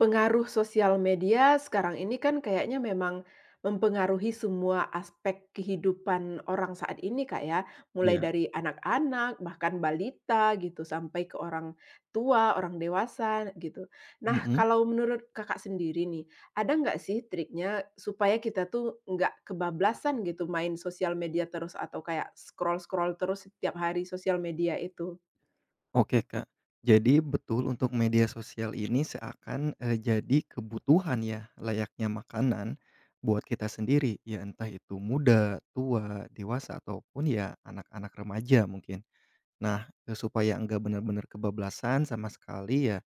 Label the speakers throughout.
Speaker 1: Pengaruh sosial media sekarang ini kan kayaknya memang mempengaruhi semua aspek kehidupan orang saat ini Kak ya, mulai
Speaker 2: Iya,
Speaker 1: dari anak-anak, bahkan balita gitu, sampai ke orang tua, orang dewasa gitu. Nah,
Speaker 2: mhm,
Speaker 1: kalau menurut Kakak sendiri nih, ada nggak sih triknya supaya kita tuh nggak kebablasan gitu main sosial media terus atau kayak scroll-scroll terus setiap hari sosial media itu?
Speaker 2: oke, Kak. Jadi betul untuk media sosial ini seakan, jadi kebutuhan ya, layaknya makanan buat kita sendiri, ya entah itu muda, tua, dewasa, ataupun ya anak-anak remaja mungkin. Nah, supaya enggak benar-benar kebablasan sama sekali ya,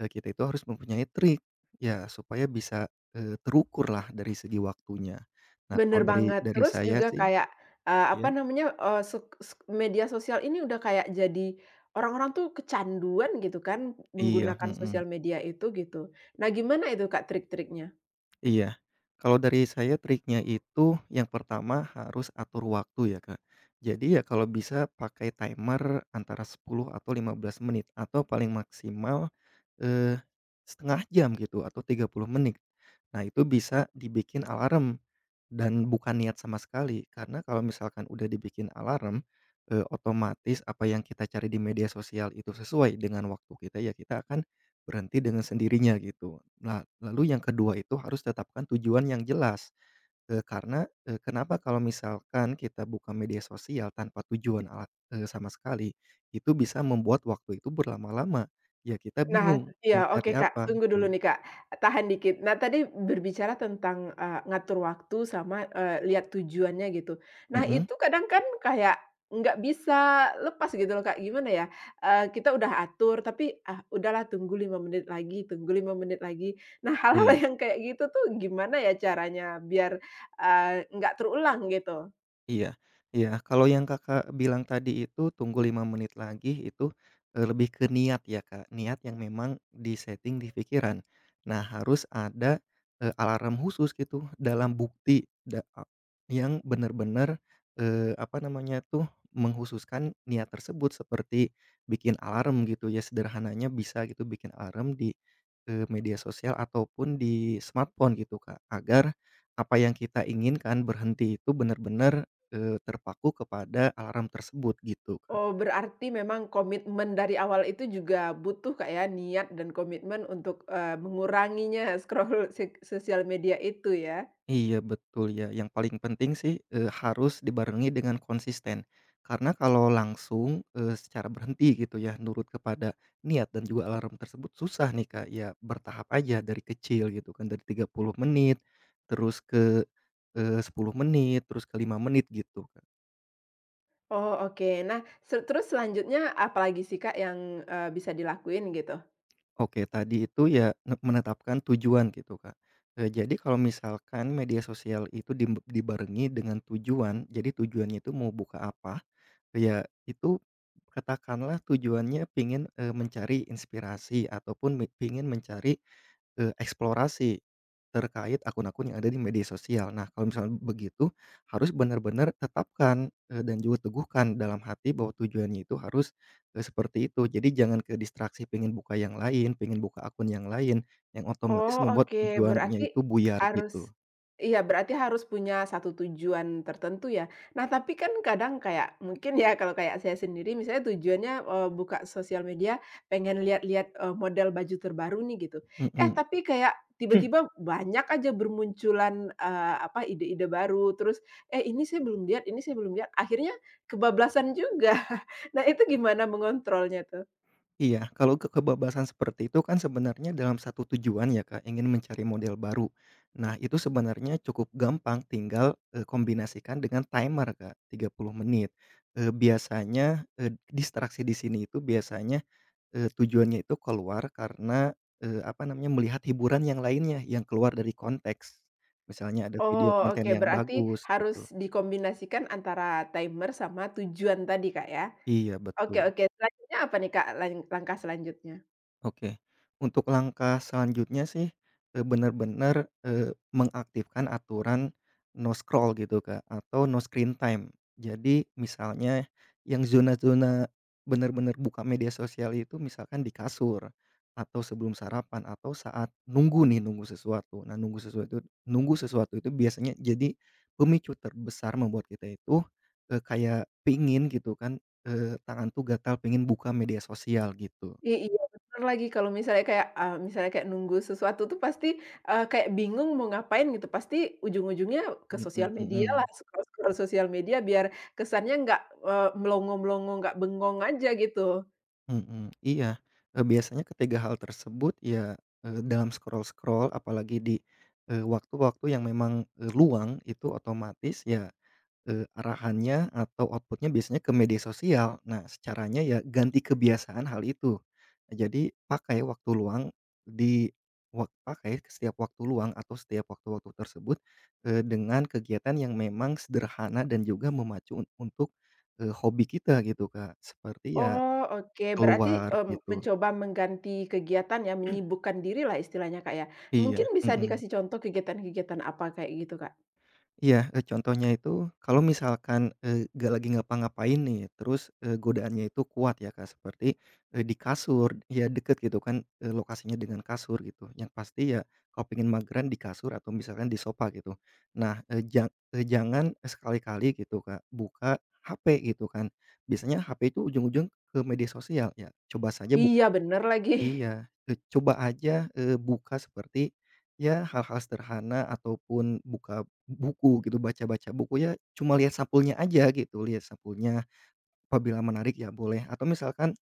Speaker 2: kita itu harus mempunyai trik, ya supaya bisa, terukur lah dari segi waktunya. Nah, kalau
Speaker 1: Bener
Speaker 2: dari
Speaker 1: banget.
Speaker 2: dari
Speaker 1: Terus
Speaker 2: saya
Speaker 1: juga
Speaker 2: sih.
Speaker 1: kayak, apa
Speaker 2: Iya?
Speaker 1: namanya, suk suk media sosial ini udah kayak jadi orang-orang tuh kecanduan gitu kan
Speaker 2: Iya,
Speaker 1: menggunakan
Speaker 2: mhm.
Speaker 1: sosial media itu gitu. Nah gimana itu Kak trik-triknya?
Speaker 2: Iya. Kalau dari saya triknya itu yang pertama harus atur waktu ya, Kak. Jadi ya kalau bisa pakai timer antara 10 atau 15 menit atau paling maksimal, eee, 1 jam gitu atau 30 menit. Nah itu bisa dibikin alarm dan bukan niat sama sekali karena kalau misalkan udah dibikin alarm, otomatis apa yang kita cari di media sosial itu sesuai dengan waktu kita, ya kita akan berhenti dengan sendirinya gitu. Nah, lalu yang kedua itu harus tetapkan tujuan yang jelas, kenapa kalau misalkan kita buka media sosial tanpa tujuan ala sama sekali, itu bisa membuat waktu itu berlama-lama, ya kita
Speaker 1: Nah,
Speaker 2: bingung mau
Speaker 1: iya,
Speaker 2: cari
Speaker 1: oke, Kak,
Speaker 2: apa
Speaker 1: tunggu dulu
Speaker 2: iya,
Speaker 1: nih, Kak, tahan dikit. Nah, tadi berbicara tentang, ngatur waktu sama, lihat tujuannya gitu. Nah,
Speaker 2: mhm,
Speaker 1: itu kadang kan kayak nggak bisa lepas gitu loh, Kak, gimana ya, kita udah atur tapi, "Ah, udahlah tunggu 5 menit lagi tunggu 5 menit lagi." Nah, hal-hal
Speaker 2: oke.
Speaker 1: yang kayak gitu tuh gimana ya caranya biar, nggak terulang gitu?
Speaker 2: Iya iya, kalau yang Kakak bilang tadi itu tunggu 5 menit lagi itu, lebih ke niat ya Kak, niat yang memang di-setting di pikiran. Nah harus ada, alarm khusus gitu dalam bukti da a yang benar-benar, apa namanya tuh, menghususkan niat tersebut seperti bikin alarm gitu ya sederhananya bisa gitu bikin alarm di, media sosial ataupun di smartphone gitu Kak, agar apa yang kita inginkan berhenti itu benar-benar terpaku kepada alarm tersebut gitu, Kak.
Speaker 1: Oh, berarti memang komitmen dari awal itu juga butuh Kak ya, niat dan komitmen untuk, menguranginya scroll sosial media itu ya?
Speaker 2: Iya betul ya, yang paling penting sih, harus dibarengi dengan konsisten. Karena kalau langsung, secara berhenti gitu ya, nurut kepada niat dan juga alarm tersebut susah nih, Kak. Ya bertahap aja dari kecil gitu kan, dari 30 menit, terus ke, 10 menit, terus ke 5 menit gitu.
Speaker 1: Oh, oke. Nah, terus selanjutnya apalagi sih Kak yang, bisa dilakuin gitu?
Speaker 2: Oke, tadi itu ya ne menetapkan tujuan gitu, Kak. Jadi kalau misalkan media sosial itu dimb dibarengi dengan tujuan, jadi tujuannya itu mau buka apa, ya itu katakanlah tujuannya pingin, mencari inspirasi ataupun me pingin mencari eksplorasi terkait akun-akun yang ada di media sosial. Nah, kalau misalnya begitu harus benar-benar tetapkan, dan juga teguhkan dalam hati bahwa tujuannya itu harus, seperti itu. Jadi jangan ke distraksi pengen buka yang lain, pengen buka akun yang lain, yang otomatis
Speaker 1: Oh,
Speaker 2: membuat
Speaker 1: oke. Berarti
Speaker 2: tujuannya itu buyar
Speaker 1: harus
Speaker 2: gitu.
Speaker 1: iya, berarti harus punya satu tujuan tertentu ya. Nah, tapi kan kadang kayak mungkin ya kalau kayak saya sendiri misalnya tujuannya, buka sosial media pengen lihat-lihat, model baju terbaru nih gitu. Eh,
Speaker 2: Mhm.
Speaker 1: tapi kayak tiba-tiba banyak aja bermunculan, apa, ide-ide baru, terus, "Eh, ini saya belum lihat ini saya belum lihat." Akhirnya kebablasan juga. Nah, itu gimana mengontrolnya tuh?
Speaker 2: Iya, kalau ke kebebasan seperti itu kan sebenarnya dalam satu tujuan ya Kak, ingin mencari model baru. Nah itu sebenarnya cukup gampang tinggal, kombinasikan dengan timer Kak, 30 menit. Distraksi di sini itu biasanya, tujuannya itu keluar karena, apa namanya, melihat hiburan yang lainnya yang keluar dari konteks. Misalnya ada video
Speaker 1: Oh, oke.
Speaker 2: konten yang
Speaker 1: Berarti
Speaker 2: bagus
Speaker 1: harus
Speaker 2: gitu.
Speaker 1: dikombinasikan antara timer sama tujuan tadi, Kak, ya?
Speaker 2: Iya
Speaker 1: Oke
Speaker 2: betul.
Speaker 1: oke. Selanjutnya apa nih, Kak, langkah selanjutnya?
Speaker 2: Oke, untuk langkah selanjutnya sih, benar-benar, mengaktifkan aturan no scroll gitu, Kak, atau no screen time. Jadi misalnya yang zona-zona benar-benar buka media sosial itu misalkan di kasur, atau sebelum sarapan, atau saat nunggu nih, nunggu sesuatu. Nah, nunggu sesuatu itu biasanya jadi pemicu terbesar membuat kita itu, kayak pingin gitu kan, tangan tuh gatal pingin buka media sosial gitu.
Speaker 1: Iya, bener lagi kalau misalnya kayak, misalnya kayak nunggu sesuatu tuh pasti, kayak bingung mau ngapain gitu, pasti ujung-ujungnya ke
Speaker 2: Mhm
Speaker 1: sosial medialah,
Speaker 2: mhm,
Speaker 1: scroll-scroll sosial media biar kesannya nggak, melongo-melongo, nggak bengong aja gitu.
Speaker 2: mhm, iya, biasanya ketiga hal tersebut ya, dalam scroll-scroll apalagi di, waktu-waktu yang memang, luang itu otomatis ya arahannya atau outputnya biasanya ke media sosial. Nah, caranya ya ganti kebiasaan hal itu. Nah, jadi pakai waktu luang di wak pakai setiap waktu luang atau setiap waktu-waktu tersebut, dengan kegiatan yang memang sederhana dan juga memacu un untuk, hobi kita gitu, Kak. Seperti ya
Speaker 1: Oh, oke. Berarti,
Speaker 2: keluar gitu.
Speaker 1: mencoba mengganti kegiatan ya, menyibukkan diri lah istilahnya, Kak, ya.
Speaker 2: Iya,
Speaker 1: Mungkin bisa
Speaker 2: mhm.
Speaker 1: dikasih contoh kegiatan-kegiatan apa kayak gitu, Kak?
Speaker 2: Iya, contohnya itu kalau misalkan, nggak lagi ngapa-ngapain nih, terus, godaannya itu kuat ya, Kak, seperti, di kasur, ya deket gitu kan, lokasinya dengan kasur gitu, yang pasti ya kalau pengen mageran di kasur atau misalkan di sofa gitu. Nah, jangan sekali-kali gitu, Kak, buka HP gitu kan, biasanya HP itu ujung-ujung ke media sosial, ya coba saja buk.
Speaker 1: Iya, bener lagi.
Speaker 2: Iya, coba aja, buka seperti, ya hal-hal sederhana ataupun buka buku gitu, baca-baca buku ya cuma lihat sampulnya aja gitu, lihat sampulnya, apabila menarik ya boleh, atau misalkan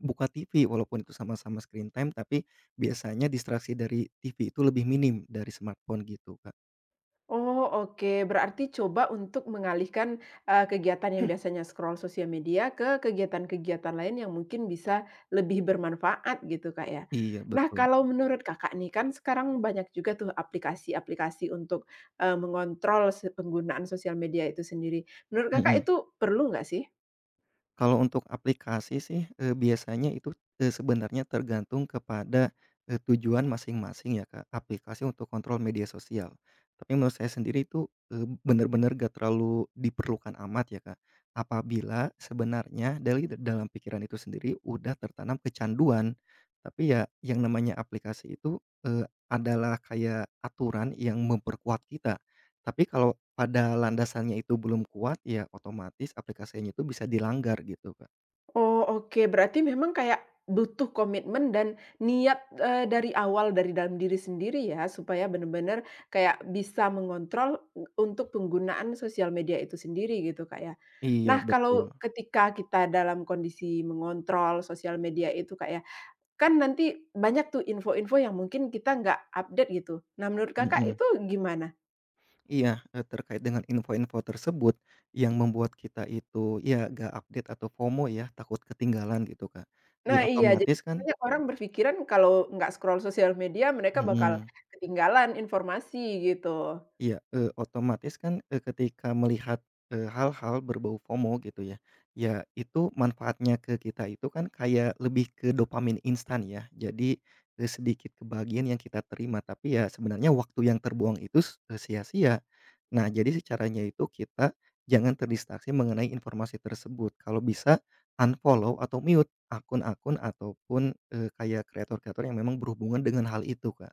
Speaker 2: buka TV walaupun itu sama-sama screen time, tapi biasanya distraksi dari TV itu lebih minim dari smartphone gitu, Kak.
Speaker 1: Oh, oke. Berarti coba untuk mengalihkan, kegiatan yang biasanya scroll sosial media ke kegiatan-kegiatan lain yang mungkin bisa lebih bermanfaat gitu, Kak, ya.
Speaker 2: Iya
Speaker 1: Nah,
Speaker 2: betul,
Speaker 1: kalau menurut Kakak nih, kan sekarang banyak juga tuh aplikasi-aplikasi untuk, mengontrol penggunaan sosial media itu sendiri. Menurut Kakak
Speaker 2: mhm.
Speaker 1: itu perlu nggak sih?
Speaker 2: Kalau untuk aplikasi sih, biasanya itu, sebenarnya tergantung kepada, tujuan masing-masing ya, Kak, aplikasi untuk kontrol media sosial. Tapi menurut saya sendiri itu, eee, benar bener gak terlalu diperlukan amat ya, Kak, apabila sebenarnya dari da dalam pikiran itu sendiri udah tertanam kecanduan. Tapi ya yang namanya aplikasi itu, adalah kayak aturan yang memperkuat kita. Tapi kalau pada landasannya itu belum kuat, ya otomatis aplikasinya itu bisa dilanggar gitu, Kak.
Speaker 1: Oh, oke. Berarti memang kayak butuh komitmen dan niat, dari awal dari dalam diri sendiri ya, supaya benar-benar kayak bisa mengontrol eh, untuk penggunaan sosial media itu sendiri gitu, Kak, ya.
Speaker 2: Iya,
Speaker 1: Nah,
Speaker 2: betul,
Speaker 1: kalau ketika kita dalam kondisi mengontrol sosial media itu, Kak, ya, kan nanti banyak tuh info-info yang mungkin kita nggak update gitu. Nah, menurut Kakak
Speaker 2: mhm.
Speaker 1: itu gimana?
Speaker 2: Iya, terkait dengan info-info tersebut yang membuat kita itu ya gak update atau FOMO ya, takut ketinggalan gitu, Kak. Ya
Speaker 1: Nah, iya, jadi
Speaker 2: otomatis kan
Speaker 1: banyak orang berpikiran kalau nggak scroll sosial media mereka bakal
Speaker 2: mhm.
Speaker 1: ketinggalan informasi gitu.
Speaker 2: Iya, eee, otomatis kan, eee, ketika melihat, hal-hal berbau FOMO gitu ya, ya itu manfaatnya ke kita itu kan kayak lebih ke dopamin instan ya. Jadi, sedikit kebahagiaan yang kita terima, tapi ya sebenarnya waktu yang terbuang itu sia-sia. Nah, jadi sih caranya itu kita jangan terdistraksi mengenai informasi tersebut. Kalau bisa unfollow atau mute akun-akun ataupun, kayak kreator-kreator yang memang berhubungan dengan hal itu, Kak,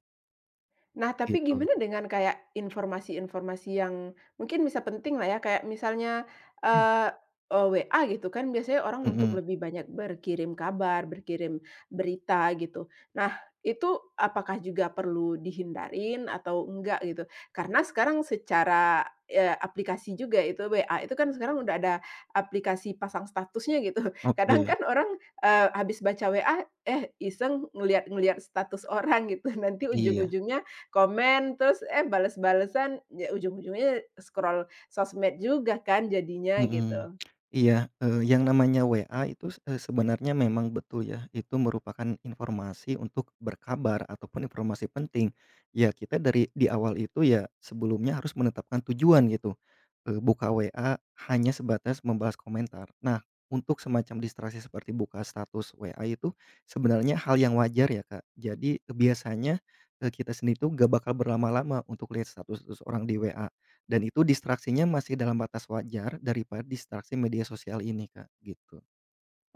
Speaker 1: Nah, tapi
Speaker 2: gitu.
Speaker 1: gimana dengan kayak informasi-informasi yang mungkin bisa penting lah ya, kayak misalnya, eee eee, WA gitu kan biasanya orang untuk
Speaker 2: Mhm,
Speaker 1: lebih banyak berkirim kabar, berkirim berita gitu. Nah, itu apakah juga perlu dihindarin atau enggak gitu? Karena sekarang secara, aplikasi juga itu WA itu kan sekarang udah ada aplikasi pasang statusnya gitu. Kadang
Speaker 2: oke,
Speaker 1: kan orang, habis baca WA, eh, iseng ngeliat-ngeliat status orang gitu, nanti
Speaker 2: iya.
Speaker 1: ujung-ujungnya komen, terus, eh, bales-balesan, ya ujung-ujungnya scroll sosmed juga kan jadinya,
Speaker 2: Mhm.
Speaker 1: gitu.
Speaker 2: Iya, yang namanya WA itu, sebenarnya memang betul ya, itu merupakan informasi untuk berkabar ataupun informasi penting. Ya kita dari di awal itu ya sebelumnya harus menetapkan tujuan gitu, buka WA hanya sebatas membalas komentar. Nah, untuk semacam distraksi seperti buka status WA itu sebenarnya hal yang wajar ya, Kak. Jadi biasanya, kita sendiri tuh nggak bakal berlama-lama untuk lihat status-status orang di WA. Dan itu distraksinya masih dalam batas wajar daripada distraksi media sosial ini, Kak, gitu.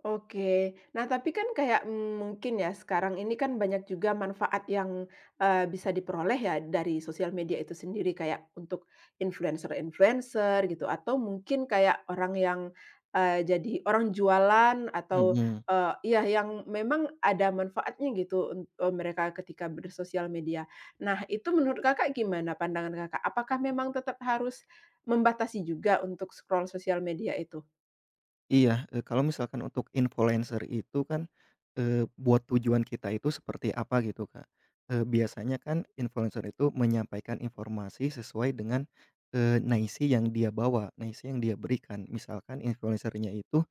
Speaker 1: Oke. Nah, tapi kan kayak, mungkin ya sekarang ini kan banyak juga manfaat yang, bisa diperoleh ya dari sosial media itu sendiri kayak untuk influencer-influencer gitu atau mungkin kayak orang yang, jadi orang jualan atau,
Speaker 2: Mhm,
Speaker 1: iya yang memang ada manfaatnya gitu mereka ketika bersosial media. Nah, itu menurut Kakak gimana pandangan Kakak? Apakah memang tetap harus membatasi juga untuk scroll sosial media itu?
Speaker 2: iya, kalau misalkan untuk influencer itu kan, buat tujuan kita itu seperti apa gitu, Kak. Biasanya kan influencer itu menyampaikan informasi sesuai dengan, naisi yang dia bawa, naisi yang dia berikan. Misalkan influencer-nya itu,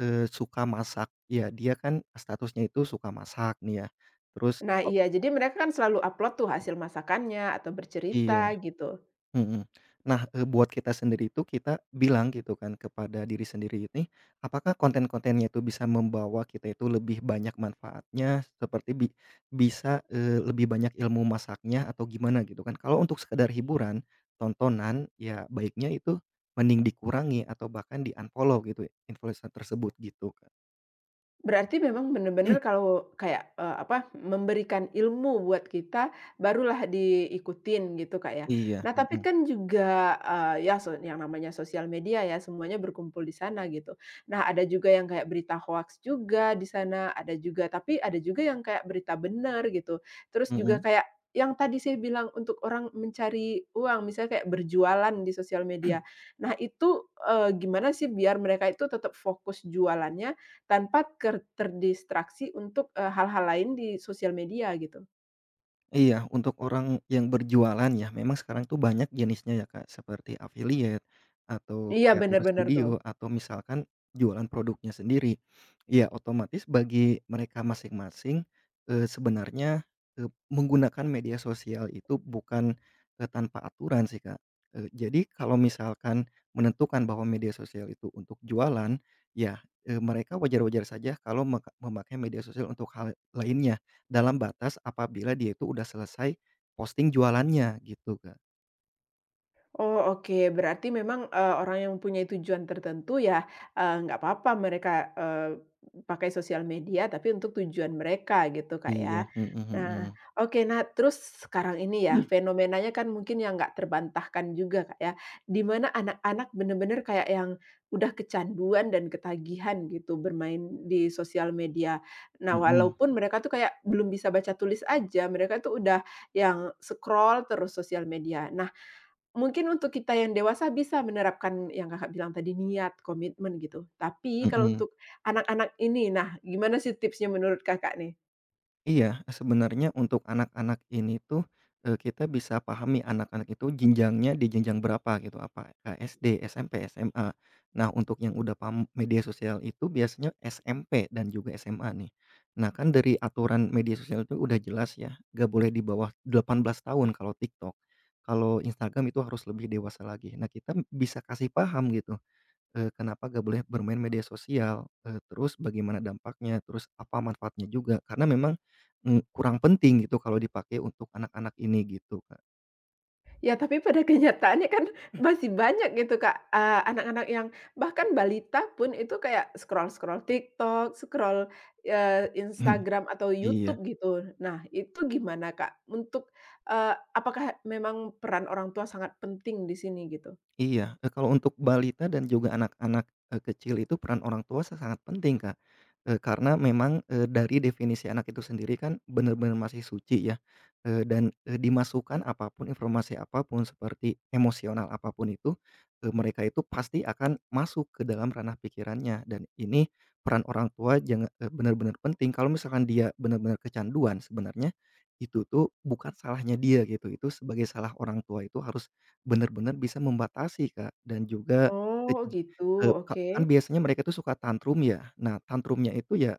Speaker 2: suka masak, ya dia kan statusnya itu suka masak nih ya, terus
Speaker 1: Nah
Speaker 2: kok
Speaker 1: iya, jadi mereka kan selalu upload tuh hasil masakannya atau bercerita
Speaker 2: iya.
Speaker 1: gitu.
Speaker 2: Mhm. Nah, buat kita sendiri itu kita bilang gitu kan kepada diri sendiri ini, apakah konten-kontennya itu bisa membawa kita itu lebih banyak manfaatnya seperti bi bisa, lebih banyak ilmu masaknya atau gimana gitu kan. Kalau untuk sekedar hiburan, tontonan, ya baiknya itu mending dikurangi atau bahkan di-unfollow gitu influencer tersebut gitu, kan.
Speaker 1: Berarti memang benar-benar kalau kayak, apa, memberikan ilmu buat kita, barulah diikutin gitu, Kak, ya.
Speaker 2: Iya,
Speaker 1: Nah, tapi
Speaker 2: mhm,
Speaker 1: kan juga, ya so yang namanya sosial media ya, semuanya berkumpul di sana gitu. Nah, ada juga yang kayak berita hoax juga di sana, ada juga tapi ada juga yang kayak berita benar gitu. Terus juga
Speaker 2: mhm.
Speaker 1: kayak yang tadi saya bilang untuk orang mencari uang, misalnya kayak berjualan di sosial media. Nah, itu, gimana sih biar mereka itu tetap fokus jualannya tanpa terdistraksi untuk, hal-hal lain di sosial media gitu.
Speaker 2: Iya, untuk orang yang berjualan ya, memang sekarang tuh banyak jenisnya ya, Kak, seperti affiliate atau
Speaker 1: Iya,
Speaker 2: kreator
Speaker 1: benar-benar tuh.
Speaker 2: studio atau misalkan jualan produknya sendiri. Ya, otomatis bagi mereka masing-masing, sebenarnya, menggunakan media sosial itu bukan, tanpa aturan sih, Kak. Jadi kalau misalkan menentukan bahwa media sosial itu untuk jualan, ya, mereka wajar-wajar saja kalau meka memakai media sosial untuk hal lainnya. Dalam batas apabila dia itu udah selesai posting jualannya gitu, Kak.
Speaker 1: Oh, oke. Berarti memang, orang yang mempunyai tujuan tertentu ya, nggak apa-apa mereka, pakai sosial media, tapi untuk tujuan mereka gitu, Kak,
Speaker 2: Iya,
Speaker 1: ya.
Speaker 2: mhm
Speaker 1: Nah,
Speaker 2: mhm.
Speaker 1: oke. Nah, terus sekarang ini ya, fenomenanya kan mungkin yang nggak terbantahkan juga, Kak, ya, di mana anak-anak bener-bener kayak yang udah kecanduan dan ketagihan gitu bermain di sosial media. Nah,
Speaker 2: Mhm,
Speaker 1: walaupun mereka tuh kayak belum bisa baca tulis aja, mereka tuh udah yang scroll terus sosial media. Nah, mungkin untuk kita yang dewasa bisa menerapkan yang Kakak bilang tadi niat, komitmen gitu. Tapi kalau
Speaker 2: mhm.
Speaker 1: untuk anak-anak ini, nah gimana sih tipsnya menurut Kakak nih?
Speaker 2: Iya, sebenarnya untuk anak-anak ini tuh, kita bisa pahami anak-anak itu jenjangnya di jenjang berapa gitu, apakah SD, SMP, SMA. Nah, untuk yang udah paham media sosial itu biasanya SMP dan juga SMA nih. Nah, kan dari aturan media sosial itu udah jelas ya, gak boleh di bawah 18 tahun kalau TikTok, kalau Instagram itu harus lebih dewasa lagi. Nah, kita bisa kasih paham gitu, kenapa nggak boleh bermain media sosial, terus bagaimana dampaknya, terus apa manfaatnya juga, karena memang, kurang penting gitu kalau dipakai untuk anak-anak ini gitu, Kak.
Speaker 1: Ya tapi pada kenyataannya kan masih banyak gitu Kak, anak-anak yang bahkan balita pun itu kayak scroll-scroll TikTok, scroll, Instagram atau
Speaker 2: Iya.
Speaker 1: YouTube gitu. Nah itu gimana Kak untuk, apakah memang peran orang tua sangat penting di sini gitu?
Speaker 2: Iya, kalau untuk balita dan juga anak-anak, kecil itu peran orang tua sa sangat penting, Kak. Karena memang, dari definisi anak itu sendiri kan benar-benar masih suci ya, dimasukkan apapun, informasi apapun, seperti emosional apapun itu, mereka itu pasti akan masuk ke dalam ranah pikirannya dan ini peran orang tua jangan benar-benar penting. Kalau misalkan dia benar-benar kecanduan sebenarnya itu tuh bukan salahnya dia gitu, itu sebagai salah orang tua itu harus bener-bener bisa membatasi, Kak, dan juga, eee,
Speaker 1: Oh
Speaker 2: ji
Speaker 1: gitu,
Speaker 2: ka
Speaker 1: oke.
Speaker 2: kan biasanya mereka tuh suka tantrum ya. Nah, tantrumnya itu ya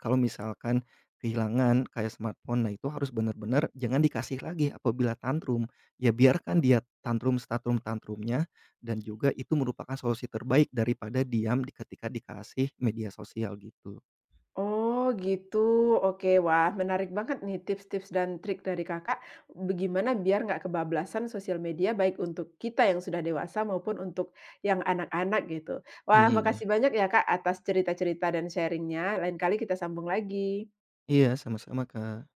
Speaker 2: kalau misalkan kehilangan kayak smartphone, nah itu harus bener-bener jangan dikasih lagi apabila tantrum. Ya biarkan dia tantrum setantrum-tantrumnya dan juga itu merupakan solusi terbaik daripada diam di ketika dikasih media sosial gitu.
Speaker 1: Oh gitu, oke. Wah menarik banget nih tips-tips dan trik dari Kakak, bagaimana biar nggak kebablasan sosial media baik untuk kita yang sudah dewasa maupun untuk yang anak-anak gitu. Wah
Speaker 2: Iya.
Speaker 1: makasih banyak ya Kak atas cerita-cerita dan sharingnya. Lain kali kita sambung lagi.
Speaker 2: Iya, sama-sama, Kak.